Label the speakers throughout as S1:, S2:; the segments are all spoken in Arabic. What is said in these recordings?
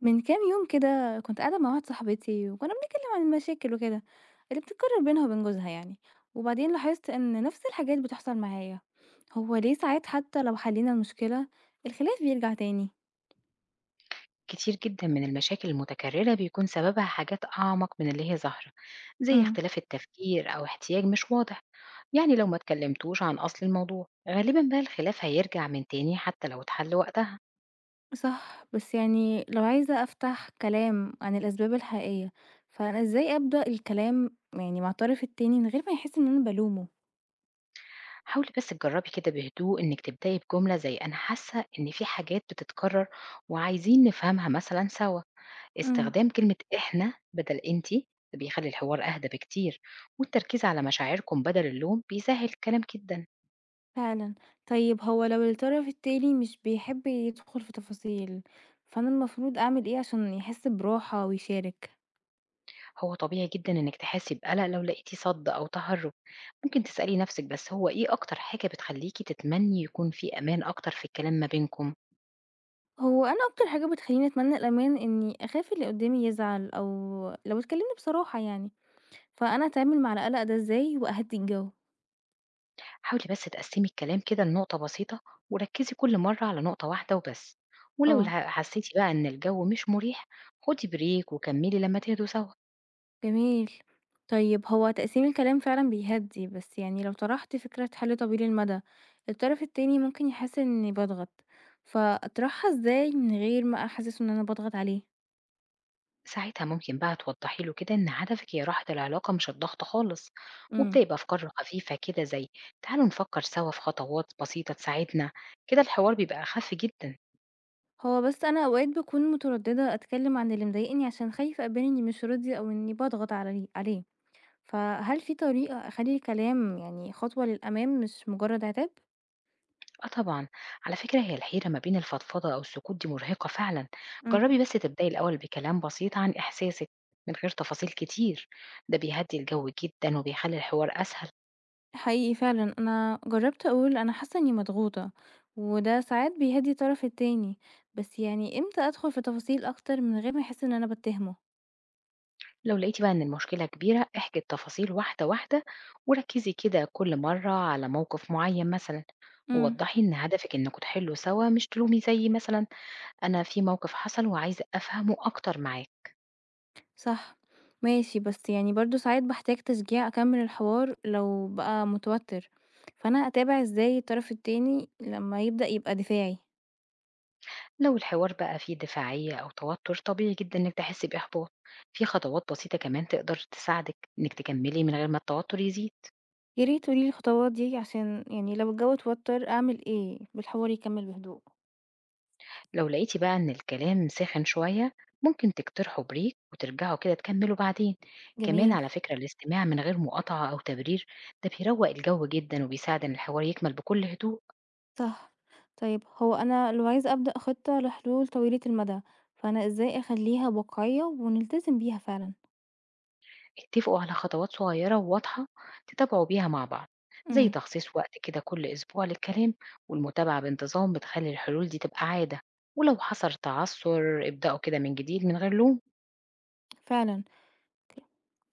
S1: من كام يوم كده كنت قاعدة مع واحدة صاحبتي وكنا بنتكلم عن المشاكل وكده اللي بتتكرر بينها وبين جوزها يعني، وبعدين لاحظت ان نفس الحاجات بتحصل معايا. هو ليه ساعات حتى لو حلينا المشكلة الخلاف بيرجع تاني؟
S2: كتير جدًا من المشاكل المتكررة بيكون سببها حاجات أعمق من اللي هي ظاهرة، زي
S1: امم
S2: اختلاف التفكير أو احتياج مش واضح، يعني لو ما اتكلمتوش عن أصل الموضوع غالبًا بقى الخلاف هيرجع من تاني حتى لو اتحل وقتها،
S1: صح، بس يعني لو عايزة افتح كلام عن الاسباب الحقيقية، فانا ازاي ابدأ الكلام يعني مع الطرف التاني من غير ما يحس ان انا بلومه؟
S2: حاولي بس تجربي كده بهدوء إنِك تبدأي بجملة زي أنا حاسة إن في حاجات بتتكرر وعايزين نفهمها مثلًا سوا، استخدام كلمة إحنا بدل أنتِ بيخلي الحوار أهدى بكتير، والتركيز على مشاعركم بدل اللوم بيسهل الكلام جدًا.
S1: فعلًا. طيب هو لو الطرف التاني مش بيحب يدخل في تفاصيل، فأنا المفروض أعمل إيه عشان يحس براحة ويشارك؟
S2: هو طبيعي جدًا إنِّك تحسّي بقلق لو لقيتِ صَد أو تهرُّب، ممكن تسألي نَفْسِك بس هو إيه أكتر حاجة بتخلّيكِ تتمنّي يكون في أمان أكتر في الكلام ما بينكم،
S1: هو أنا أكتر حاجة بتخلّيني أتمنى الأمان إني أخاف اللي قدّامي يزعل، أو لو اتكلمنا بصراحة يعني، فأنا أتعامل مع القلق ده إزاي وأهدّي الجو؟
S2: حاولي بس تقسّمي الكلام كده لنقطة بسيطة وركّزي كل مرّة على نقطة واحدة وبس، ولو
S1: آه،
S2: الع حسّيتِ بقى إن الجو مش مُريح خُدي بريك وكمّلي لمّا تهدوا سوا،
S1: جميل. طيب هو تقسيم الكلام فعلًا بيهدّي، بس يعني لو طرحت فكرة حل طويل المدى، الطرف التاني ممكن يحس إني باضغط، فأطرحها إزاي من غير ما أحسسه إن أنا باضغط عليه؟
S2: ساعتها ممكن بقى توضّحي له كده إن هدفِك هي راحة العلاقة مش الضغط خالص،
S1: إمم.
S2: وابدئي بأفكار خفيفة كده زي تعالوا نفكّر سوا في خطوات بسيطة تساعدنا، كده الحوار بيبقى أخَف جدًا.
S1: هو بس أنا أوقات باكون مترددة أتكلم عن اللي مضايقني عشان خايفة أبان إني مش راضية أو إني باضغط على عليه، فهل في طريقة أخلي الكلام يعني خطوة للأمام مش مجرد عتاب؟
S2: آه طبعًا، على فكرة هي الحيرة ما بين الفضفضة أو السكوت دي مرهقة فعلًا، جربي
S1: مم.
S2: بس تبدأي الأول بكلام بسيط عن إحساسِك من غير تفاصيل كتير، ده بيهدّي الجو جدًا وبيخلّي الحوار أسهل،
S1: حقيقي فعلا انا جربت اقول انا حاسه اني مضغوطه، وده ساعات بيهدي الطرف التاني، بس يعني امتى ادخل في تفاصيل اكتر من غير ما احس ان انا بتهمه؟
S2: لو لقيتِ بقى إن المشكلة كبيرة احكي التفاصيل واحدة واحدة، وركّزي كده كل مرّة على موقف معيّن مثلًا، ووضّحي إن هدفِك إنكم تحلّوا سوا مش تلومي زي مثلًا أنا في موقف حصل وعايزة أفهمه أكتر معاك.
S1: صح، ماشي، بس يعني برضه ساعات باحتاج تشجيع أكمّل الحوار لو بقى متوتر، فأنا أتابع إزاي الطرف التاني لمّا يبدأ يبقى دفاعي؟
S2: لو الحوار بقى فيه دفاعية أو توتر طبيعي جدا إنك تحس بإحباط، في خطوات بسيطة كمان تقدر تساعدك إنك تكملي من غير ما التوتر يزيد.
S1: يا ريت تقولي لي الخطوات دي، عشان يعني لو الجو اتوتر أعمل إيه بالحوار يكمّل بهدوء؟
S2: لو لقيتي بقى إن الكلام ساخن شوية ممكن تقترحوا بريك وترجعوا كده تكملوا بعدين. كمان
S1: جميل،
S2: على فكرة الاستماع من غير مقاطعة أو تبرير ده بيروق الجو جدا وبيساعد إن الحوار يكمل بكل هدوء.
S1: صح. طيب هو أنا لو عايزة أبدأ خطة لحلول طويلة المدى، فأنا إزاي أخلّيها واقعية ونلتزم بيها فعلًا؟
S2: اتفقوا على خطوات صغيرة وواضحة تتابعوا بيها مع بعض، زي
S1: إمم،
S2: تخصيص وقت كده كل أسبوع للكلام، والمتابعة بانتظام بتخلي الحلول دي تبقى عادة، ولو حصل تعثر ابدأوا كده من جديد من غير لوم.
S1: فعلًا.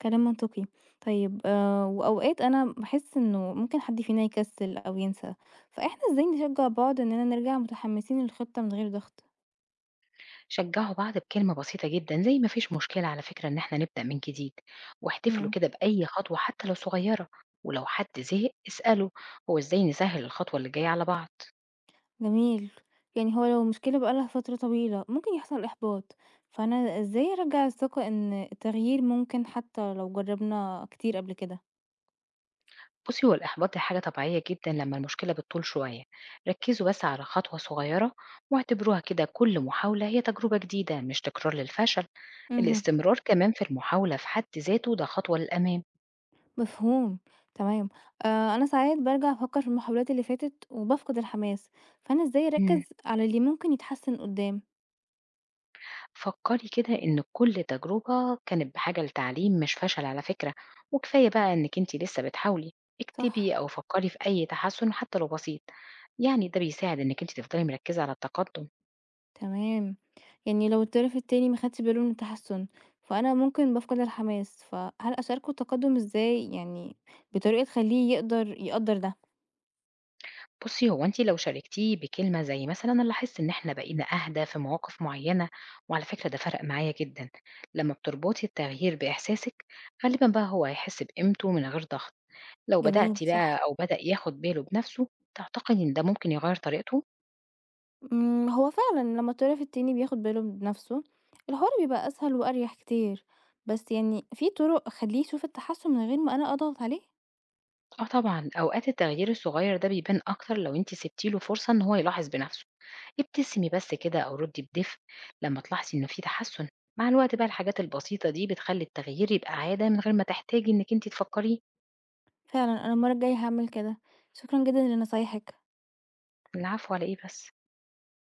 S1: كلام منطقي. طيب وأوقات أنا باحس إنه ممكن حد فينا يكسّل أو ينسى، فإحنا إزاي نشجّع بعض إننا نرجع متحمّسين للخطة من غير ضغط؟
S2: شجعوا بعض بكلمة بسيطة جدا زي ما فيش مشكلة، على فكرة إن احنا نبدأ من جديد واحتفلوا
S1: إمم،
S2: كده بأي خطوة حتى لو صغيرة، ولو حد زهق اسأله هو إزاي نسهل الخطوة اللي جاية على بعض.
S1: جميل. يعني هو لو المشكلة بقى لها فترة طويلة ممكن يحصل إحباط، فأنا إزاي أرجّع الثقة إن التغيير ممكن حتى لو جرّبنا كتير قبل كده؟
S2: بُصّي، هو الإحباط دي حاجة طبيعية جدًا لمّا المشكلة بتطول شوية، ركّزوا بس على خطوة صغيرة واعتبروها كده كل محاولة هي تجربة جديدة مش تكرار للفشل،
S1: اهم،
S2: الاستمرار كمان في المحاولة في حد ذاته ده خطوة للأمام.
S1: مفهوم، تمام. أنا ساعات بارجع أفكّر في المحاولات اللي فاتت وبافقد الحماس، فأنا إزاي
S2: إمم.
S1: أركّز على اللي ممكن يتحسّن قُدّام؟
S2: فكّري كده إن كل تجربة كانت بحاجة لتعليم مش فشل على فكرة، وكفاية بقى إنِّك أنتِ لسه بتحاولي،
S1: صح.
S2: اكتبي أو فكّري في أي تحسُّن حتى لو بسيط، يعني ده بيساعد إنِّك أنتِ تفضلي مركّزة على التقدُّم.
S1: تمام. يعني لو الطرف التاني ما خدش باله من التحسن، فأنا ممكن بافقد الحماس، فهل أشاركه التقدم إزاي؟ يعني بطريقة تخلّيه يقدر يقدّر ده.
S2: بُصّي، هو أنتِ لو شاركتيه بكلمة زي مثلًا أنا لاحظت إن إحنا بقينا أهدى في مواقف معيّنة، وعلى فكرة ده فرق معايا جدًا، لمّا بتربطي التغيير بإحساسِك غالبًا بقى هو هيحس بقيمته من غير ضغط، لو
S1: جميل،
S2: بدأتِ بقى
S1: صح.
S2: أو بدأ ياخد باله بنفسه، تعتقدي إن ده ممكن يغيّر طريقته؟
S1: إمم، هو فعلًا لمّا الطرف التاني بياخد باله بنفسه، الحوار بيبقى أسهل وأريح كتير، بس يعني في طرق أخلّيه يشوف التحسن من غير ما أنا أضغط عليه؟
S2: آه طبعًا، أوقات التغيير الصغير ده بيبان أكتر لو أنتِ سِبتِ له فرصة إن هو يلاحظ بنفسه، ابتسمي بس كده أو ردي بدفء لمّا تلاحظي إنه في تحسُّن، مع الوقت بقى
S1: مم.
S2: الحاجات البسيطة دي بتخلّي التغيير يبقى عادة من غير ما تحتاجي إنِّك أنتِ تفكّريه.
S1: فعلًا أنا المرة الجاية هاعمل كده. شكرًا جدًا لنصايحك.
S2: العفو على إيه بس